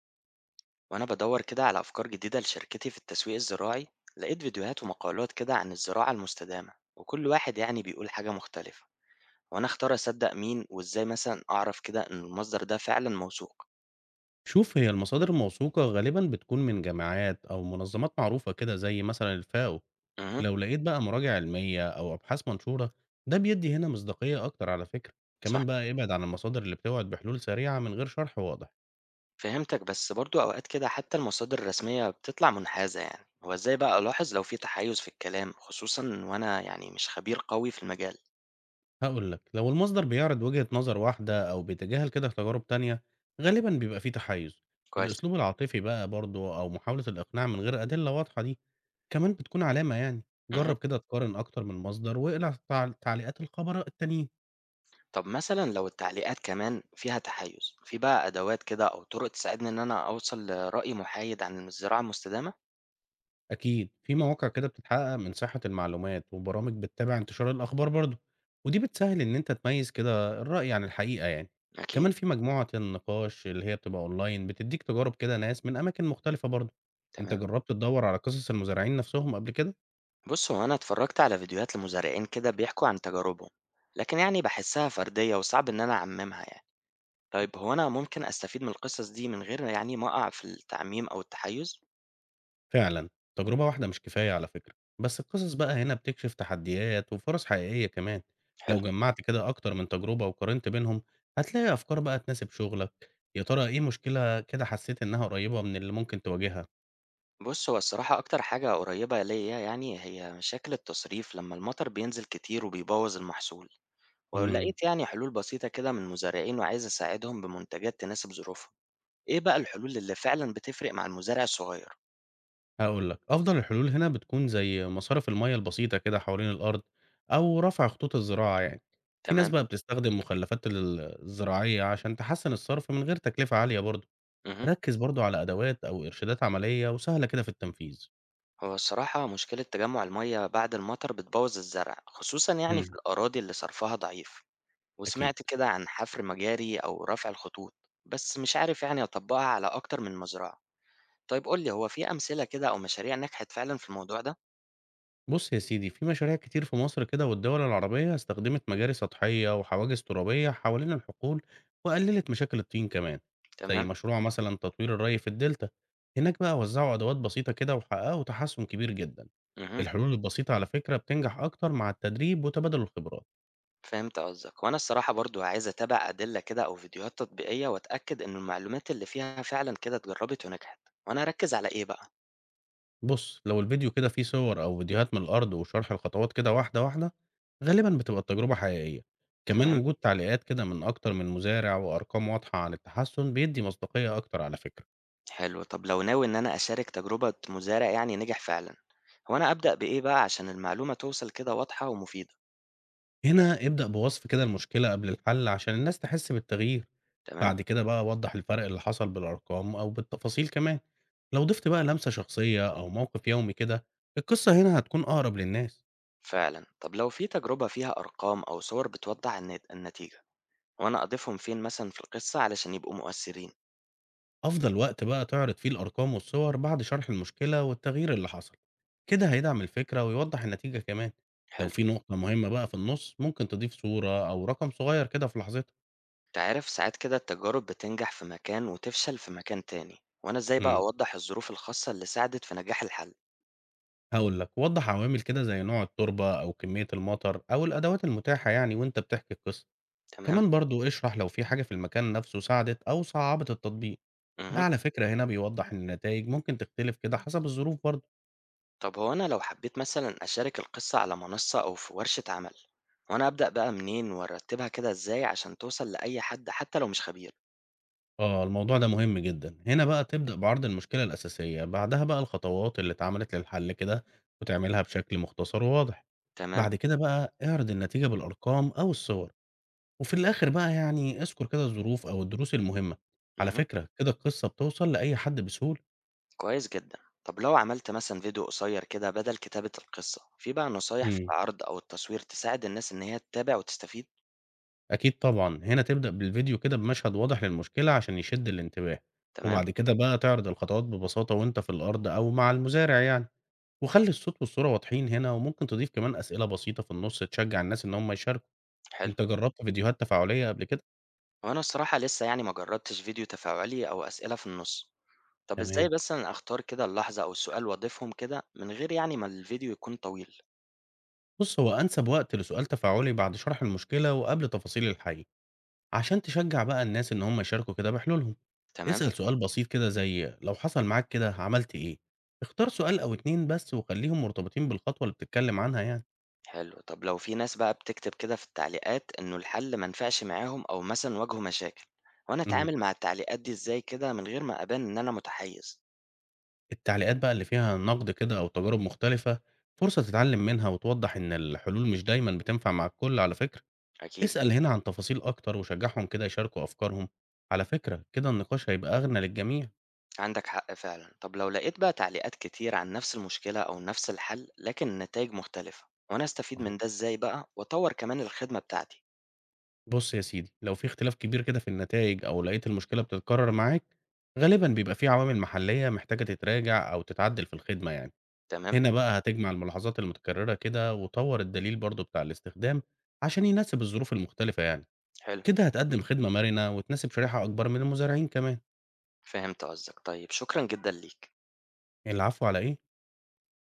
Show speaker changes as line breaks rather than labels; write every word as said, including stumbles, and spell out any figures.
وأنا بدور كده على أفكار جديدة لشركتي في التسويق الزراعي. لقيت فيديوهات ومقالات كده عن الزراعة المستدامة، وكل واحد يعني بيقول حاجة مختلفة. وأنا أختار أصدق مين؟ وإزاي مثلا أعرف كده إن المصدر ده فعلا موثوق؟
شوف، هي المصادر الموثوقة غالبا بتكون من جامعات أو منظمات معروفة كده زي مثلا الفاو.
امم
لو لقيت بقى مراجع علمية أو أبحاث منشورة، ده بيدي هنا مصداقية أكتر على فكرة.
صح،
كمان بقى ابعد عن المصادر اللي بتوعد بحلول سريعة من غير شرح واضح.
فهمتك. بس برضو أوقات كده حتى المصادر الرسمية بتطلع منحازة. يعني هو إزاي بقى ألاحظ لو في تحيز في الكلام، خصوصا وأنا يعني مش خبير قوي في المجال؟
هقول لك، لو المصدر بيعرض وجهة نظر واحدة أو بيتجاهل كده تجارب تانية، غالبا بيبقى فيه تحيز.
كويس.
الأسلوب العاطفي بقى برضه أو محاولة الإقناع من غير أدلة واضحة، دي كمان بتكون علامة يعني.
مهم.
جرب كده تقارن أكتر من مصدر واقلع تعليقات الخبراء التانيين.
طب مثلًا لو التعليقات كمان فيها تحيُّز، في بقى أدوات كده أو طُرق تساعدني إن أنا أوصل لرأي محايد عن الزراعة المستدامة؟
أكيد، في مواقع كده بتتحقق من صحة المعلومات، وبرامج بتتابع انتشار الأخبار برضه، ودي بتسهّل إن أنت تميّز كده الرأي عن الحقيقة يعني،
أكيد،
كمان في مجموعة النقاش اللي هي بتبقى أونلاين بتدّيك تجارب كده ناس من أماكن مختلفة برضه. أنت
تمام.
جرّبت تدوّر على قصص المزارعين نفسهم قبل كده؟
بُص، هو أنا اتفرّجت على فيديوهات لمزارعين كده بيحكوا عن تجاربهم، لكن يعني باحسّها فردية وصعب إن أنا أعمّمها يعني. طيب هو أنا ممكن أستفيد من القصص دي من غير يعني ما أقع في التعميم أو التحيُّز؟
فعلا، تجربة واحدة مش كفاية على فكرة. بس القصص بقى هنا بتكشف تحديات وفرص حقيقية كمان. لو
حلو.
جمعت كده أكتر من تجربة وقارنت بينهم، هتلاقي أفكار بقى تناسب شغلك. يا ترى إيه مشكلة كده حسيت إنها قريبة من اللي ممكن تواجهها؟
بُص، هو الصراحة أكتر حاجة قريّبة ليّا يعني هي مشاكل التصريف لمّا المطر بينزل كتير وبيبوّظ المحصول. ولو
امم
لقيت يعني حلول بسيطة كده من مزارعين وعايز أساعدهم بمنتجات تناسب ظروفهم، إيه بقى الحلول اللي فعلا بتفرق مع المزارع الصغير؟
هقول لك، أفضل الحلول هنا بتكون زي مصارف المية البسيطة كده حوالين الأرض أو رفع خطوط الزراعة يعني. في ناس
تمام؟
بقى بتستخدم مخلفات ال- الزراعية عشان تحسن الصرف من غير تكلفة عالية برضه.
اها.
ركز برضه على أدوات أو إرشادات عملية وسهلة كده في التنفيذ.
هو الصراحة مشكلة تجمع المية بعد المطر بتبوظ الزرع، خصوصا يعني في
إمم،
الأراضي اللي صرفها ضعيف،
أكيد.
وسمعت كده عن حفر مجاري أو رفع الخطوط، بس مش عارف يعني أطبقها على أكتر من مزرعة. طيب قولي، هو في أمثلة كده أو مشاريع نجحت فعلا في الموضوع ده؟
بُص يا سيدي، في مشاريع كتير في مصر كده والدول العربية استخدمت مجاري سطحية وحواجز ترابية حوالين الحقول وقللت مشاكل الطين كمان. زي
تمام؟
مشروع مثلًا تطوير الري في الدلتا، هناك بقى وزعوا أدوات بسيطة كده وحققوا تحسن كبير جدًا. إمم.
اها.
الحلول البسيطة على فكرة بتنجح أكتر مع التدريب وتبادل الخبرات.
فهمت قصدك. وانا الصراحة برضو عايز اتابع ادلة كده او فيديوهات تطبيقية، واتأكد ان المعلومات اللي فيها فعلا كده اتجربت ونجحت. وانا اركز على ايه بقى؟
بُص، لو الفيديو كده فيه صور أو فيديوهات من الأرض وشرح الخطوات كده واحدة، واحدة، غالبًا بتبقى التجربة حقيقية. كمان
تمام.
وجود تعليقات كده من أكتر من مزارع وأرقام واضحة عن التحسن بيدّي مصداقية أكتر على فكرة.
حلو. طب لو ناوي ان انا اشارك تجربة مزارع يعني نجح فعلا، هو انا ابدأ بايه بقى عشان المعلومة توصل كده واضحة ومفيدة؟
هنا ابدأ بوصف كده المشكلة قبل الحل عشان الناس تحس بالتغيير.
تمام.
بعد كده بقى وضّح الفرق اللي حصل بالأرقام أو بالتفاصيل كمان. لو ضِفت بقى لمسة شخصية أو موقف يومي كده، القصة هنا هتكون أقرب للناس.
فعلا. طب لو في تجربة فيها ارقام او صور بتوضح النت- النتيجة، وانا اضيفهم فين مثلا في القصة علشان يبقوا مؤثرين؟
أفضل وقت بقى تعرض فيه الأرقام والصور بعد شرح المشكلة والتغيير اللي حصل. كده هيدعم الفكرة ويوضح النتيجة كمان. لو
حلو.
في نقطة مهمة بقى في النص، ممكن تضيف صورة أو رقم صغير كده في لحظتها.
أنت عارف، ساعات كده التجارب بتنجح في مكان وتفشل في مكان تاني، وأنا إزاي بقى
امم
أوضح الظروف الخاصة اللي ساعدت في نجاح الحل؟
هقول لك، وضح عوامل كده زي نوع التربة أو كمية المطر أو الأدوات المتاحة يعني وأنت بتحكي القصة.
تمام.
كمان برضو اشرح لو في حاجة في المكان نفسه ساعدت أو صعبت التطبيق. ده
مه.
على فكرة هنا بيوضح إن النتائج ممكن تختلف كده حسب الظروف برضو.
طب هو أنا لو حبيت مثلا أشارك القصة على منصة أو في ورشة عمل، وأنا أبدأ بقى منين وأرتبها كده إزاي عشان توصل لأي حد حتى لو مش خبير؟
آه، الموضوع ده مهم جدا. هنا بقى تبدأ بعرض المشكلة الأساسية، بعدها بقى الخطوات اللي اتعملت للحل كده، وتعملها بشكل مختصر وواضح.
تمام.
بعد كده بقى اعرض النتيجة بالأرقام أو الصور، وفي الآخر بقى يعني اذكر كده الظروف أو الدروس المهمة. على
مه.
فكرة كده القصة بتوصل لأي حد بسهولة.
كويس جدا. طب لو عملت مثلا فيديو قصير كده بدل كتابة القصة، في بقى نصايح في
مم.
العرض أو التصوير تساعد الناس إن هي تتابع وتستفيد؟
أكيد طبعا. هنا تبدأ بالفيديو كده بمشهد واضح للمشكلة عشان يشد الانتباه،
تمام.
وبعد كده بقى تعرض الخطوات ببساطة وانت في الأرض أو مع المزارع يعني. وخلي الصوت والصورة واضحين هنا، وممكن تضيف كمان أسئلة بسيطة في النص تشجع الناس إن هم يشاركوا.
حلو.
انت جربت فيديوهات تفاعلية قبل كده؟
هو أنا الصراحة لسه يعني ما جربتش فيديو تفاعلي أو أسئلة في النص. طب إزاي
تمام.
بس أنا أختار كده اللحظة أو السؤال وأضيفهم كده من غير يعني ما الفيديو يكون طويل؟
بص، هو أنسب وقت لسؤال تفاعلي بعد شرح المشكلة وقبل تفاصيل الحل، عشان تشجّع بقى الناس إن هم يشاركوا كده بحلولهم.
تمام.
اسأل إمم. سؤال بسيط كده زي لو حصل معاك كده عملت إيه؟ اختار سؤال أو اتنين بس وخلّيهم مرتبطين بالخطوة اللي بتتكلم عنها يعني.
حلو. طب لو في ناس بقى بتكتب كده في التعليقات إنه الحل ما نفعش معاهم أو مثلا واجهوا مشاكل، وأنا
اهم.
أتعامل مع التعليقات دي إزاي كده من غير ما أبان إن أنا متحيز؟
التعليقات بقى اللي فيها نقد كده أو تجارب مختلفة فرصة تتعلم منها وتوضّح إن الحلول مش دايمًا بتنفع مع الكل على فكرة.
أكيد.
اسأل هنا عن تفاصيل أكتر وشجّعهم كده يشاركوا أفكارهم. على فكرة كده النقاش هيبقى أغنى للجميع.
عندك حق فعلا. طب لو لقيت بقى تعليقات كتير عن نفس المشكلة أو نفس الحل لكن النتائج مختلفة، وأنا أستفيد من ده إزاي بقى وأطور كمان الخدمة بتاعتي؟
بُص يا سيدي، لو في اختلاف كبير كده في النتايج أو لقيت المشكلة بتتكرر معاك، غالبًا بيبقى في عوامل محلية محتاجة تتراجع أو تتعدل في الخدمة يعني.
تمام.
هنا بقى هتجمع الملاحظات المتكررة كده وطوّر الدليل برضه بتاع الاستخدام عشان يناسب الظروف المختلفة يعني.
حلو.
كده هتقدم خدمة مرنة وتناسب شريحة أكبر من المزارعين كمان.
فهمت قصدك، طيب شكرًا جدًا ليك.
العفو، على إيه؟